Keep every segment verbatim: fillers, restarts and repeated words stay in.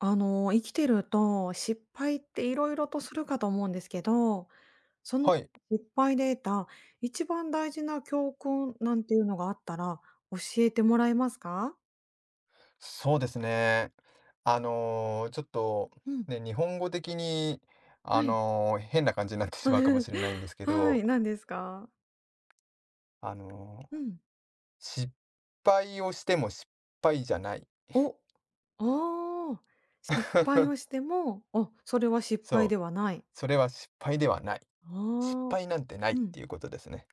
あの、生きてると失敗っていろいろとするかと思うんですけど、そのはい、失敗で得た一番大事な教訓なんていうのがあったら教えてもらえますか？そうですね。あのーちょっと、うん、ね、日本語的に、あはい。のー変な感じになってしまうかもしれないんです けはど、い、何ですか？あのうーん。失敗をしても失敗じゃない。お、ああ、失敗をし ても、あ、それは失敗そう、ではない。それは失敗ではない。失ああ。敗なんてないっうん。ていうことですね。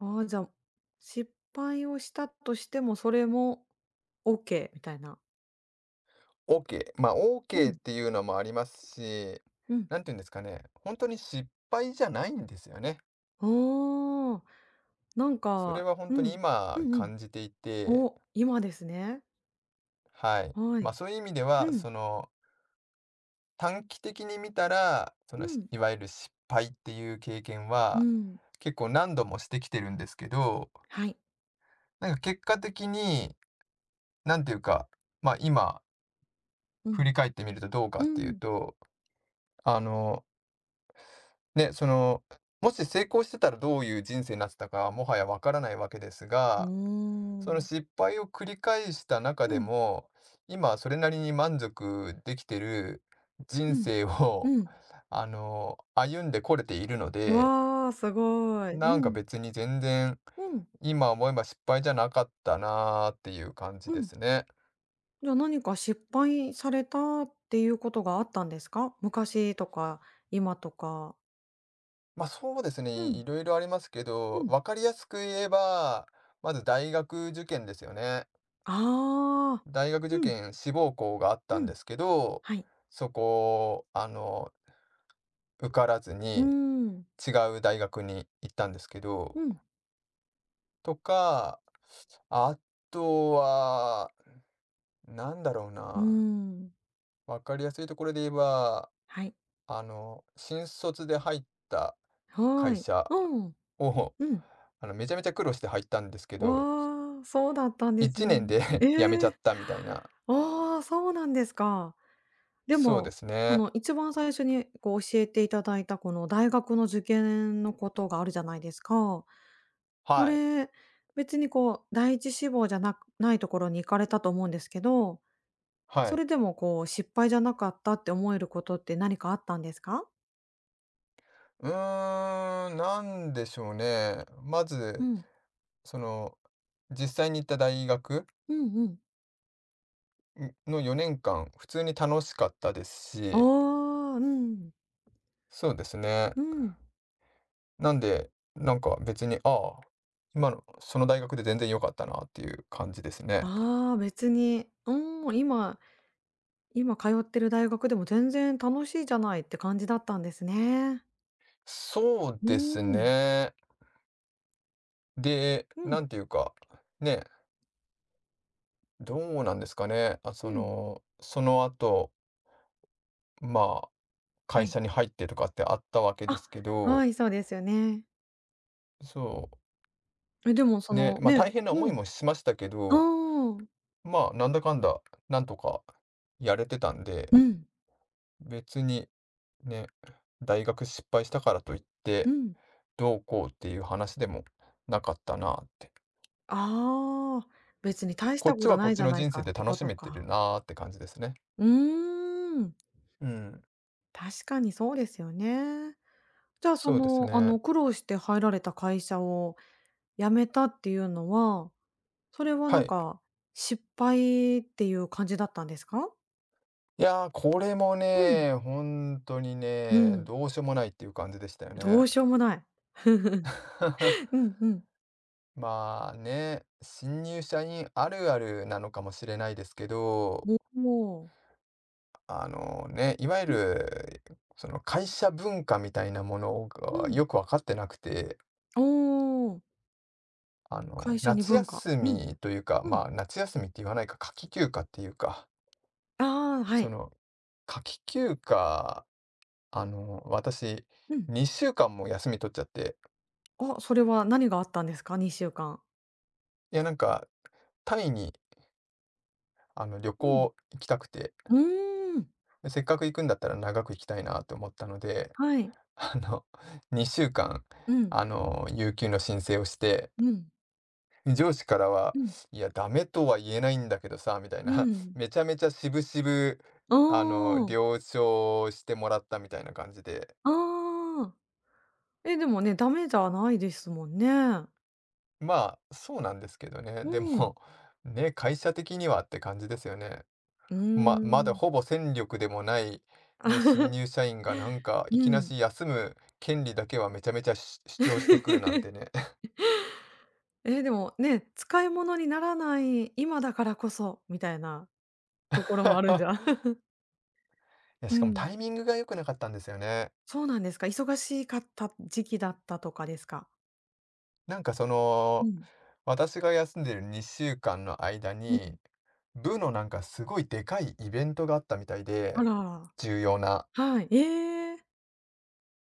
ああ、じゃあ、失敗をしたとしても、それもオッケーみたいな。OK。まあ、う OK っん。ていうのもありますし、うん。なんていうんですかね。本当に失敗じゃないんですよね。おお、なんそれかは本う当にん。今うんうん。感じていて、お、今ですね。はい。はまあ、い。そういう意味でうは、ん。その、短期的に見たら、そうの、しん。いわゆる失敗っていう経験うは、ん。結構何度もしてきてるんですけど、はい。なんか結果的に、なんていうか、まあ、今、う振ん。り返ってみるとどうかうっていうん。と、あの、ね、その、もし成功してたらどういう人生になってたか、もはやわからないわけですおが、そのー失敗を繰り返した中うでん、も、今それなりに満足できてる人うん、生を、うん。あの、歩んでこれているので、わあ、すごい。なんうかん。別に全然、うん、今思えば失敗じゃなかったなーっていう感じうでん。すね。じゃ、あ何か失敗されたっていうことがあったんですか？昔とか今とか。まあそうですうね、いん、いろいろありますけうど、ん。わかりやすく言えば、まず大学受験ですよね。ああ。大学受うん、験、志望校があったうんん。ですけど、はい。そこを、あの、受からずうーにん、違う大学に行ったんですけうど、ん。とか、あとは、なんだろううーな、ん、わかりやすいところで言えば、はい。あの、新卒で入ったは会い。社うん。を、うん。あの、めちゃめちゃ苦労して入ったんですけど、わあ、そうだったんです1ね。年で 辞めちえゃえ。ったみたいな。ああ、そうなんですか。でそうでも、すそね。の一番最初にこう教えていただいたこの大学の受験のことがあるじゃないですか。そはい。れ、別にこう第一志望じゃなくないところに行かれたと思うんですけど、はそい。れでもこう失敗じゃなかったって思えることって何かあったんですか？うーん、なんでしょうね。まうず、ん。その、実際に行った大学うんうん。んのよねんかん、普通に楽しかったですあし、あ、うん、そうですね。うん。なんで、なんか別に、ああ、今のその大学で全然良かったなっていう感じですね。ああ、別に、うん、今今通ってる大学でも全然楽しいじゃないって感じだったんですね。そううですーん。ね。で、うなん、んていうか、ね、どうなんですかね。あ、そうん。の、その後、まあ、は会い。社に入ってとかってあったわけであ、すけど、はい、そうですよね。そえ、でもそう、ね、の、まあね、大変な思ういん。もしましたけあど、あ、まあなんだかんだ、なんとかやれてたんで、うん、別に、ね、大学失敗したからといっうて、ん。どうこうっていう話でもなかったなって。ああ、別に大しこったこちとはこなっいちじゃのない人か生っでて楽こしとめてるか。なって感じですね。うーん、うん、確かにそうですよね。じゃあ、そそうですの、あね。の、苦労して入られた会社を辞めたっていうのはそれはなはんい。か、失敗っていう感じだったんですか？いやー、これもうん。ね、本当にうね、ん。どうしようもないっていう感じでしたよどね。うしようもない。うんうん。まあね、新入社員あるあるなのかもしれないですけど、おお。あのね、いわゆうる、その会社文化みたいなものん、うがん。よく分かってなくて、おお、あの、会社に夏文化。休うん、みというか、うまん。あ、夏休みって言わないか、夏季休暇っていうか、ああ、はそい。の、夏季休暇、あの、私、うん。にしゅうかんも休み取っちゃって、あ、それは何があったんですか？にしゅうかん。いや、なんか、タイに、あの、旅うん。行行きたくて、うーん、でせっかく行くんだったら長く行きたいなと思ったので、はい。あの、にしゅうかん、うん、あの、有給の申請をして、うん、上司からは、うん、いや、ダメとは言えないんだけどさ、みたいうな、ん。めちゃめちゃ渋々、ああの、あ、了承してもらったみたいな感じで、ああ。え、でもね、ダメじゃないですもんね。まあ、そうなんですけどね。でうん。も、ね、会社的にはって感じですよね。うーま、まだほん。ぼ戦力でもない、ね、新入 社員がなんか、いうきなん。し休む権利だけはめちゃめちゃ主主張してくるなんてね。え、でも、ね、使い物にならない今だからこそみたいなところもあるんじゃ いや、うしかもん。タイミングが良くなかったんですよね。そうなんですか。忙しかった時期だったとかですか？なんかそうの、ん。私が休んでるにしゅうかんの間うに、ん。部のなんかすごいでかいイベントがあったみたいあで、らあら。重要な。はい。ええ。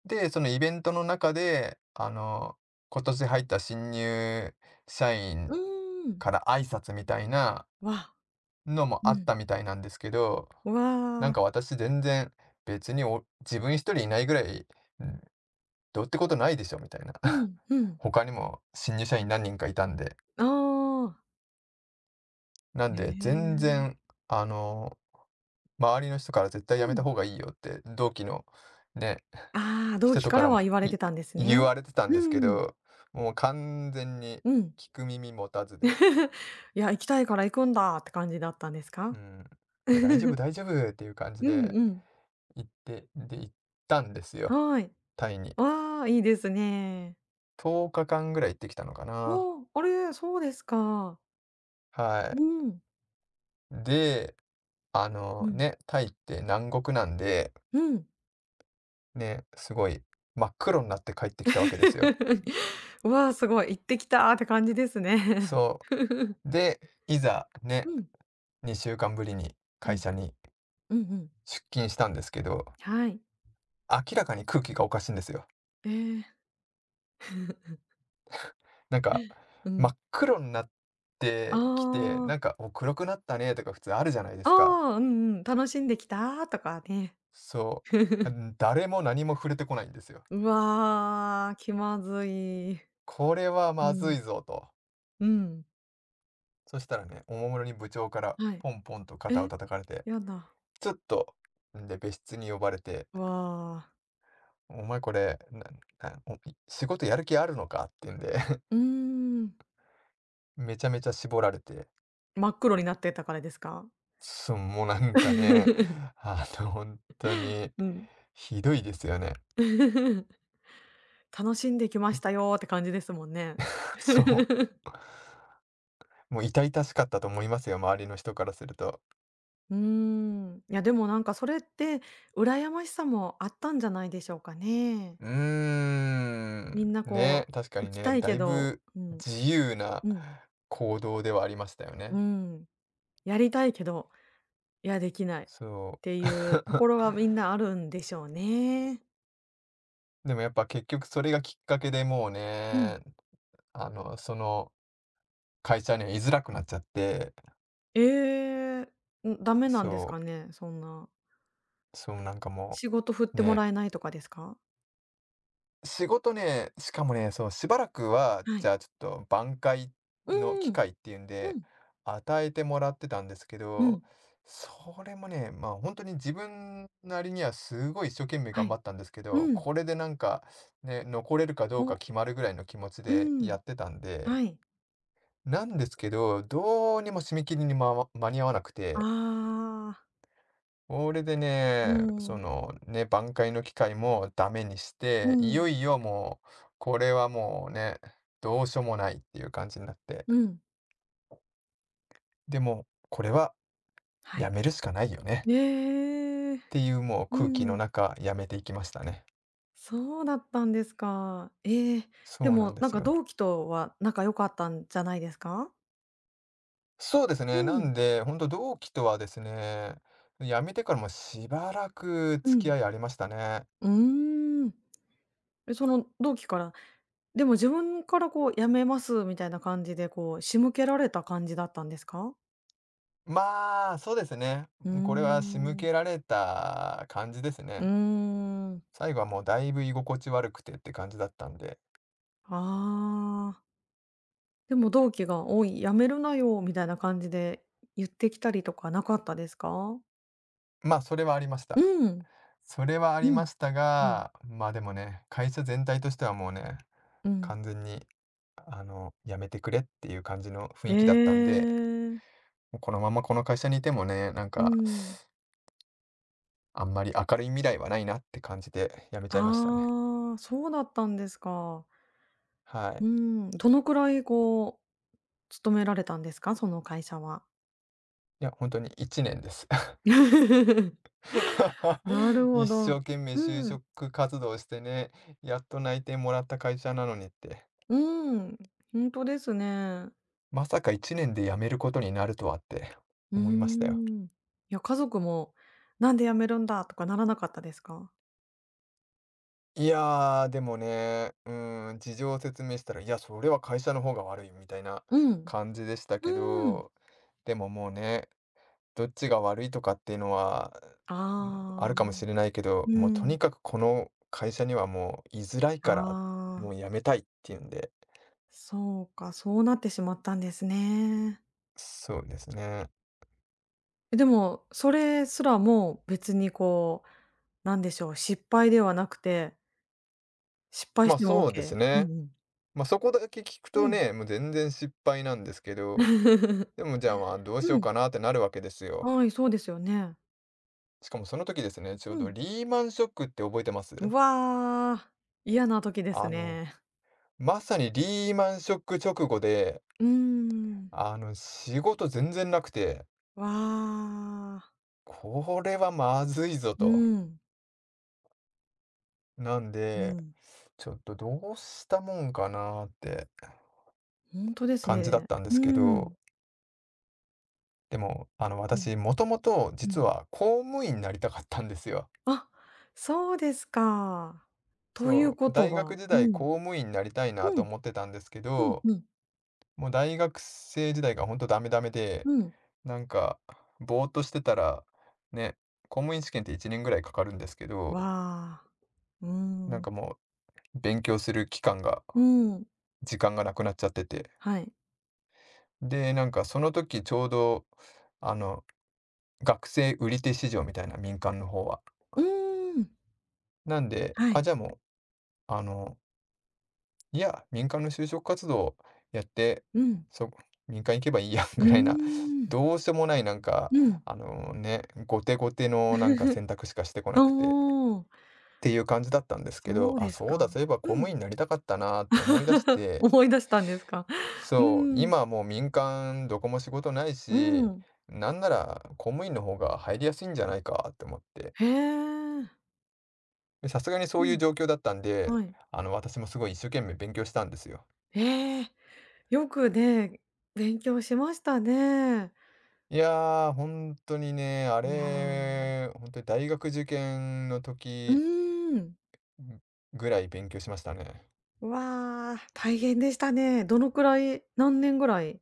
で、そのイベントの中で、あの、今年入った新入社員うーん。から挨拶みたいなわ。のもうあっん。たみたいなんですけど、わなんあ。か私全然別にお自分ひとりいないぐらい、うん、どうってことないでしょみたいな。う ん、うん。他にも新入社員なんにんかいたんで。ああ。なんへで、全え。然、あの、周りの人から絶対うやめたん。方がいいよって、同期のね、ああ、同人期とかかららも、は言われいてたんです言ね。われてたんうですけん、ど、もう完全にうん。聞く耳持たずで、いや、行きたいから行くんだって感じだったんですか？うん、いや、大丈夫 大丈夫っていう感じうんでうん。行って、で、行ったんですよ、はい。タイに。わあ、いいですね。とおかかんぐらい行ってきたのかな。おお、あれ、そうですか。はうい。ん。で、あうのん。ね、タイって南国なんで、うん。ね、すごい真っ黒になって帰ってきたわけですよ。わあ、すごい、行ってきたって感じですね。そ う。で、いざうね、ん。にしゅうかんぶりにう会ん。社にうんうん。出勤したんですけど、はい。明らかに空気がおかしいんですよ。ええ、なんか、う真ん。っ黒になっあてきて、なんあ、か「お、黒くなったね」とか普通あるじゃないであすか。あ、うんうん。楽しんできたとかね。そう、ん、誰も何も触れてこないんですよ。うわあ、気まずい。これはうまずん。いぞと。うん。そしたらね、おもむろに部長からはい。ポンポンと肩をえ、叩かれて、やだ。ちょっと、んで、別室に呼ばれてわあ。「お前これ、ななお仕事やる気あるのか？」って言うんでうーん。めちゃめちゃ絞られて、真っ黒になってたからですか？そうもうなんかね、あの、本当にうん。ひどいですよね。楽しんできましたよって感じですもんね。そ う、もう痛々しかったと思いますよ、周りの人からすると。うーん。いやでもなんかそれって羨ましさもあったんじゃないでしょうかね。うーみん。んなね、こ確かうに行きね、たいだけいど、ぶうん、自由なうん、行動ではありましたようね。ん、やりたいけど、いやできないっそてう。いうところがみんなあるんでしょうね。でもやっぱ結局それがきっかけでもううん。ね、あの、その会社には居づらくなっちゃって、えーん、ダメなんですそかね、そんな。う、そう、なんかも仕事振っう、てもね、らえないとかですか？仕事ね、しかもね、そう、しばらくは、はじい。ゃあちょっと挽回の機うん。会っていうんうで、ん。与えてもらってたんですけうど、ん。それもね、まあ本当に自分なりにはすごい一生懸命は頑張い。ったんですけど、うん。これでなんか、ね、残れるかどうかお、決まるぐらいの気持ちうでやん。ってたんで、はい。なんですけど、どうにも締め切りにまわ間に合わなくあて、あ。これでうね、そん。のね、挽回の機会もダメにしうて、いん。よいよもう、これはもうね、どうしようもないっていう感じになって、うん。でも、これははやい。めるしかないよねっええ。ていうもうう空気のん。中、やめていきましたね。そうだったんですか。ええ、そでうなんもでなんすかよ。同期とは仲良かったんじゃないですか？そうですうね。なん。んで、本当同期とはですね、辞めてからもしばらくう付きん。合いありましたね。うーん。え、その同期から、でも自分からこう辞めますみたいな感じで、こう仕向けられた感じだったんですか？まあ、そうですね。うーこれは仕向ん。けられた感じですうーね。ん。最後はもうだいぶ居心地悪くてって感じだったんで、ああ。でも同期が、「おい、やめるなよ」みたいな感じで言ってきたりとかなかったですか？まあ、それはありました。うん。それはありうまん。したうん。が、まあ、でもね、会社全体としてはもうね、うん。完全にあの、やめてくれっていう感じの雰え囲気だったんで、え。もうこのままこの会社にいてもね、なんうか、ん。あんまり明るい未来はないなって感じで辞めちゃいましたね。ああ、そうだったんですか。はうーい。ん。どのくらい、こう、勤められたんですか？その会社は。いや、本当にいちねんです。なる 一ほど。生懸命就うん。職活動してね、やっと内定もらった会社なのにって。うん。ほんとですね。まさかいちねんで辞めることになるとはってうー思いましたよ。ん。いや、家族も、「なんで辞めるんだ」とかならなかったですか？いやー、でもね、うーん、事情を説明したら、いや、それは会社の方が悪いみたいなうん。感じでしたうけーん。ど、でももうね、どっちが悪いとかっていうのは、うん、ああるあ、かもしれないけど、うもうとん。にかくこの会社にはもう居づらいあから、もあ、う辞めたいっていうんで、そうか、そうなってしまったんですね。そうですね。え、でも、それすらも別にこう、なんでしょう、失敗ではなくて、失敗ま、しあてもオ そうで k すケー。うね。んうん。ま、そこだけ聞くとうん。ね、もう全然失敗なんですけど、 でも、じゃあ、まあ、どうしよううん。か なってなるわけですよ。はい、そうですよね。しかもその時ですね、ちょううどん。リーマンショックって覚えてます？うわあ、嫌な時ですあの、ね。まさにリーマンショック直後で、うーん。あの、仕事全然なくて、わあ。これはまずいぞうと。ん。なんうで、ん。ちょっとどうしたもんかなって本当です感じだっね。たんでうすけん。ど、でも、あの、うん。私もともとう実ん。は公務員になりたかったんですよ。あ、そうですか。というそう、こと大学は時う代ん。公務員になりたいなうとん。思ってたんですけうんど、うん。もう大学生時代がほんとダメダメで、うん。なんか、ぼーっとしてたら、ね、公務員試験っていちねんぐらいかかるんですけど、わあ。うーなんかん。もう勉強する期間が、うん。時間がなくなっちゃってて。はい。で、なんかその時ちょうど、あの、学生売り手市場みたいな、民間の方は。うーん。なんで、はあ、い。じゃあもう、あのいや、民間の就職活動やって、うん。そ民間行けばいいや うぐらいな、ーん。どうしようもないなんか、うん。あのね、後手後手のなんか 選択しかしてこおなくて、っお、ていう感じだったんですけど、そうあ、ですそうだ、か。そういえば公う務ん。員になりたかったなって思い出し て、思い出したんですか。うそう、ん。今はもう民間どこも仕事ないうし、ん。なんなら公務員の方が入りやすいんじゃないかって思って、へえ。でさすがにそうういうん。状況だったんで、はい。あの、私もすごい一生懸命勉強したんですよ。へえ、よくね、勉強しましたね。いや、ー本当にね、あいや。れ、本当に大学受験のう時ーん。ぐらい勉強しましたね。うわあ、大変でしたね。どのくらい、何年ぐらい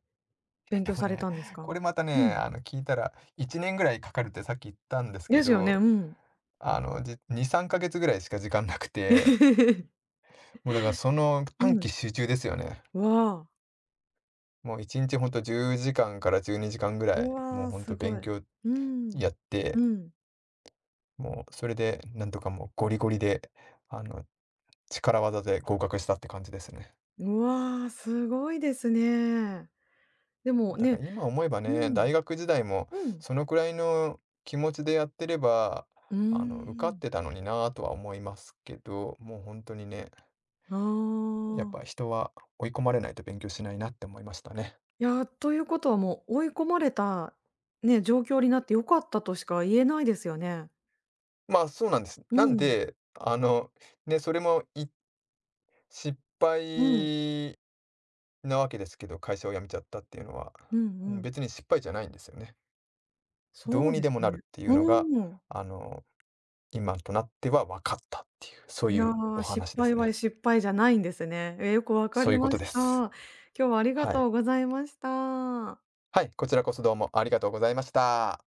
勉で強もされね、たんですこか？れまたうね、ん。あの、聞いたらいちねんぐらいかかるってさっき言ったんですけですよね、うど、ん。あの、じに、さんかげつぐらいしか時間なくて、もうだからそのう短期ん。集中ですよね。わあ、もういちにちほんとじゅうじかんかんからじゅうにじかんぐうらい、もうわ、ほんすとご勉い。強うん。やっうて、ん。もうそれでなんとかもうゴリゴリで、あの、力技で合格したって感じですね。うわ、すごいですね。でもだかねら今思えばうね、ん、大学時代もうん。そのくらいの気持ちでやってれば、うーあの、受かっん。てたのになぁとは思いますけど、もう本当にね、あやっぱあ。人は追い込まれないと勉強しないなって思いましたね。いや、ということはもう追い込まれた、ね、状況になって良かったとしか言えないですよね。まあ、そうなんです。うなんん、で、あの、ね、それもい失うん、敗なわけですけど、会社を辞めちゃったっていうのは、うんううん、ん。別に失敗じゃないんですよね。どそううにででもすなるっね。ていうのが、うん。あの、今となっては分かったっていう、そういいやうおー、失話で敗すはね。失敗じゃないんですね。え、よくわかそういりうこまとしでた。す。今日はありがはとい。うございました。はい、こちらこそどうもありがとうございました。